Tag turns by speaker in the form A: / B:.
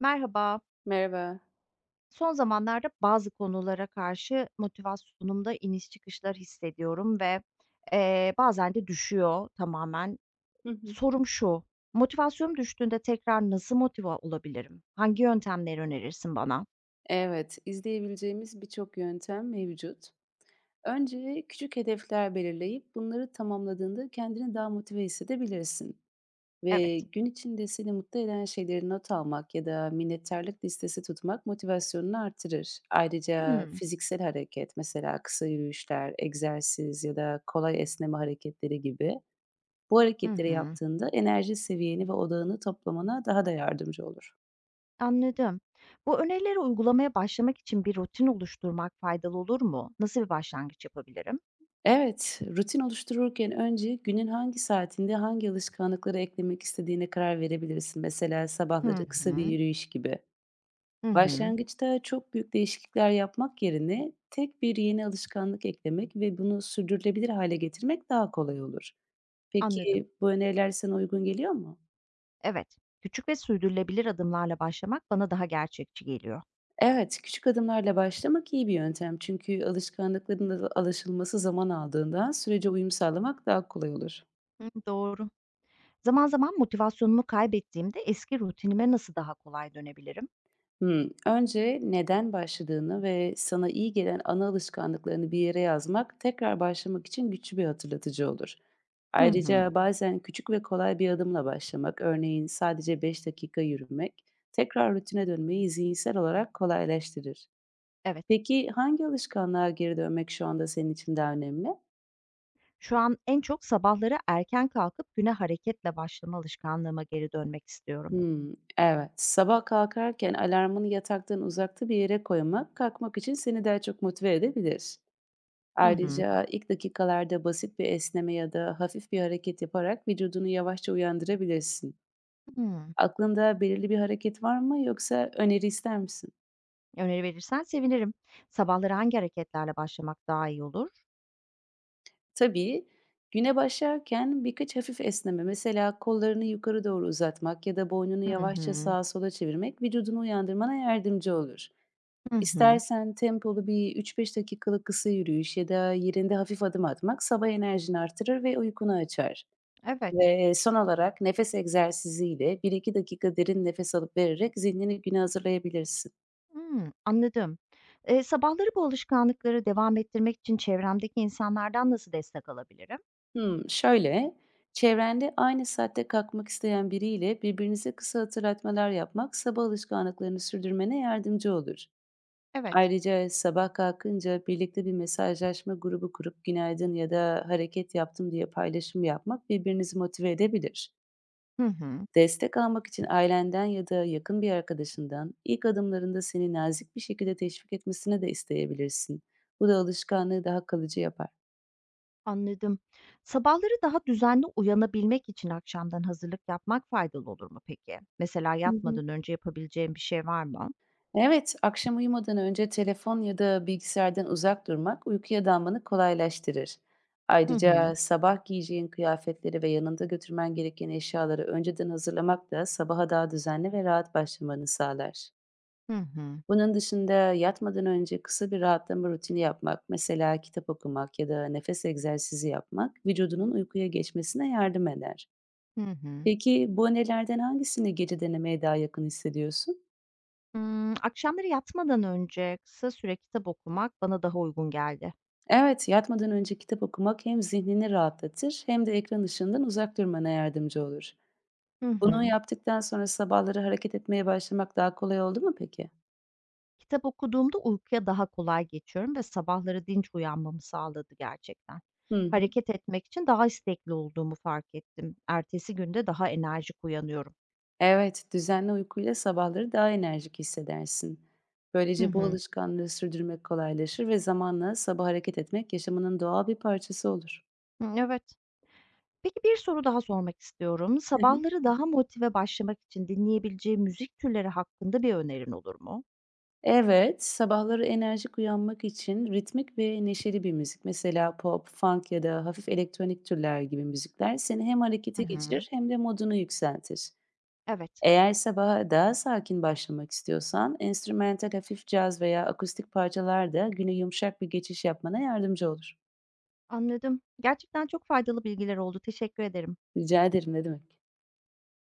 A: Merhaba.
B: Merhaba.
A: Son zamanlarda bazı konulara karşı motivasyonumda iniş çıkışlar hissediyorum, bazen de düşüyor tamamen.
B: Hı hı.
A: Sorum şu, motivasyonum düştüğünde tekrar nasıl motive olabilirim? Hangi yöntemleri önerirsin bana?
B: Evet, izleyebileceğimiz birçok yöntem mevcut. Önce küçük hedefler belirleyip bunları tamamladığında kendini daha motive hissedebilirsin.
A: Evet.
B: Ve gün içinde seni mutlu eden şeyleri not almak ya da minnettarlık listesi tutmak motivasyonunu artırır. Ayrıca
A: Hımm.
B: fiziksel hareket, mesela kısa yürüyüşler, egzersiz ya da kolay esneme hareketleri gibi bu
A: Hı
B: hareketleri
A: hı.
B: yaptığında enerji seviyeni ve odağını toplamana daha da yardımcı olur.
A: Anladım. Bu önerileri uygulamaya başlamak için bir rutin oluşturmak faydalı olur mu? Nasıl bir başlangıç yapabilirim?
B: Evet, rutin oluştururken önce günün hangi saatinde hangi alışkanlıkları eklemek istediğine karar verebilirsin. Mesela
A: Hı
B: sabahları kısa bir
A: hı.
B: yürüyüş gibi.
A: Hı hı.
B: Başlangıçta çok büyük değişiklikler yapmak yerine tek bir yeni alışkanlık eklemek ve bunu sürdürülebilir hale getirmek daha kolay olur.
A: Anladım.
B: Peki bu öneriler sana uygun geliyor mu?
A: Evet, küçük ve sürdürülebilir adımlarla başlamak bana daha gerçekçi geliyor.
B: Evet, küçük adımlarla başlamak iyi bir yöntem çünkü alışılması zaman aldığından sürece uyum sağlamak daha kolay olur.
A: Hı, doğru. Zaman zaman motivasyonumu kaybettiğimde eski rutinime nasıl daha kolay dönebilirim?
B: Hımm. Önce neden başladığını ve sana iyi gelen ana alışkanlıklarını bir yere yazmak, tekrar başlamak için güçlü bir hatırlatıcı olur.
A: Hı hı.
B: Ayrıca bazen küçük ve kolay bir adımla başlamak, örneğin sadece 5 dakika yürümek, tekrar rutine dönmeyi zihinsel olarak kolaylaştırır.
A: Evet,
B: Peki hangi alışkanlığa geri dönmek şu anda senin için daha önemli?
A: şu an en çok sabahları erken kalkıp güne hareketle başlama alışkanlığıma geri dönmek istiyorum.
B: Hımm, evet. Sabah kalkarken alarmını yataktan uzakta bir yere koymak, kalkmak için seni daha çok motive edebilir.
A: Hı hı.
B: Ayrıca ilk dakikalarda basit bir esneme ya da hafif bir hareket yaparak vücudunu yavaşça uyandırabilirsin.
A: Hmm,
B: Aklında belirli bir hareket var mı yoksa öneri ister misin?
A: öneri verirsen sevinirim. Sabahları hangi hareketlerle başlamak daha iyi olur?
B: Tabii. Güne başlarken birkaç hafif esneme, mesela kollarını yukarı doğru uzatmak ya da boynunu
A: Hı
B: yavaşça
A: hı.
B: sağa sola çevirmek vücudunu uyandırmana yardımcı olur.
A: Hı hı.
B: İstersen tempolu bir 3-5 dakikalık kısa yürüyüş ya da yerinde hafif adım atmak sabah enerjini artırır ve uykunu açar.
A: Evet.
B: Son olarak nefes egzersiziyle 1 2 dakika derin nefes alıp vererek zihnini güne hazırlayabilirsin.
A: Hımm, anladım. Sabahları bu alışkanlıkları devam ettirmek için çevremdeki insanlardan nasıl destek alabilirim?
B: Hımm, şöyle, çevrende aynı saatte kalkmak isteyen biriyle birbirinize kısa hatırlatmalar yapmak sabah alışkanlıklarını sürdürmene yardımcı olur.
A: Evet.
B: Ayrıca sabah kalkınca birlikte bir mesajlaşma grubu kurup günaydın ya da hareket yaptım diye paylaşım yapmak birbirinizi motive edebilir.
A: Hı hı,
B: Destek almak için ailenden ya da yakın bir arkadaşından ilk adımlarında seni nazik bir şekilde teşvik etmesine de isteyebilirsin. Bu da alışkanlığı daha kalıcı yapar.
A: anladım. Sabahları daha düzenli uyanabilmek için akşamdan hazırlık yapmak faydalı olur mu peki? Mesela
B: Hı hı.
A: yatmadan önce yapabileceğim bir şey var mı?
B: Evet, akşam uyumadan önce telefon ya da bilgisayardan uzak durmak uykuya dalmanı kolaylaştırır.
A: Hı hı,
B: Ayrıca sabah giyeceğin kıyafetleri ve yanında götürmen gereken eşyaları önceden hazırlamak da sabaha daha düzenli ve rahat başlamanı sağlar.
A: hı hı,
B: Bunun dışında yatmadan önce kısa bir rahatlama rutini yapmak, mesela kitap okumak ya da nefes egzersizi yapmak vücudunun uykuya geçmesine yardım eder.
A: hı hı.
B: Peki bu önerilerden hangisini gece denemeye daha yakın hissediyorsun?
A: Hımm, akşamları yatmadan önce kısa süre kitap okumak bana daha uygun geldi.
B: Evet, yatmadan önce kitap okumak hem zihnini rahatlatır hem de ekran ışığından uzak durmana yardımcı olur.
A: Hı
B: Bunu
A: hı.
B: yaptıktan sonra sabahları hareket etmeye başlamak daha kolay oldu mu peki?
A: Kitap okuduğumda uykuya daha kolay geçiyorum ve sabahları dinç uyanmamı sağladı gerçekten.
B: Hı.
A: Hareket etmek için daha istekli olduğumu fark ettim. Ertesi günde daha enerjik uyanıyorum.
B: Evet, düzenli uykuyla sabahları daha enerjik hissedersin.
A: Hı
B: Böylece bu
A: hı.
B: alışkanlığı sürdürmek kolaylaşır ve zamanla sabah hareket etmek yaşamının doğal bir parçası olur.
A: Hı, evet. Peki bir soru daha sormak istiyorum.
B: Hı hı.
A: Sabahları daha motive başlamak için dinleyebileceğim müzik türleri hakkında bir önerin olur mu?
B: Evet, sabahları enerjik uyanmak için ritmik ve neşeli bir müzik, mesela pop, funk ya da hafif elektronik türler gibi müzikler seni hem harekete
A: Hı
B: geçirir
A: hı.
B: hem de modunu yükseltir.
A: Evet. Evet,
B: Eğer sabaha daha sakin başlamak istiyorsan, enstrümantal hafif caz veya akustik parçalar da güne yumuşak bir geçiş yapmana yardımcı olur.
A: anladım. Gerçekten çok faydalı bilgiler oldu. Teşekkür ederim.
B: Rica ederim, ne demek.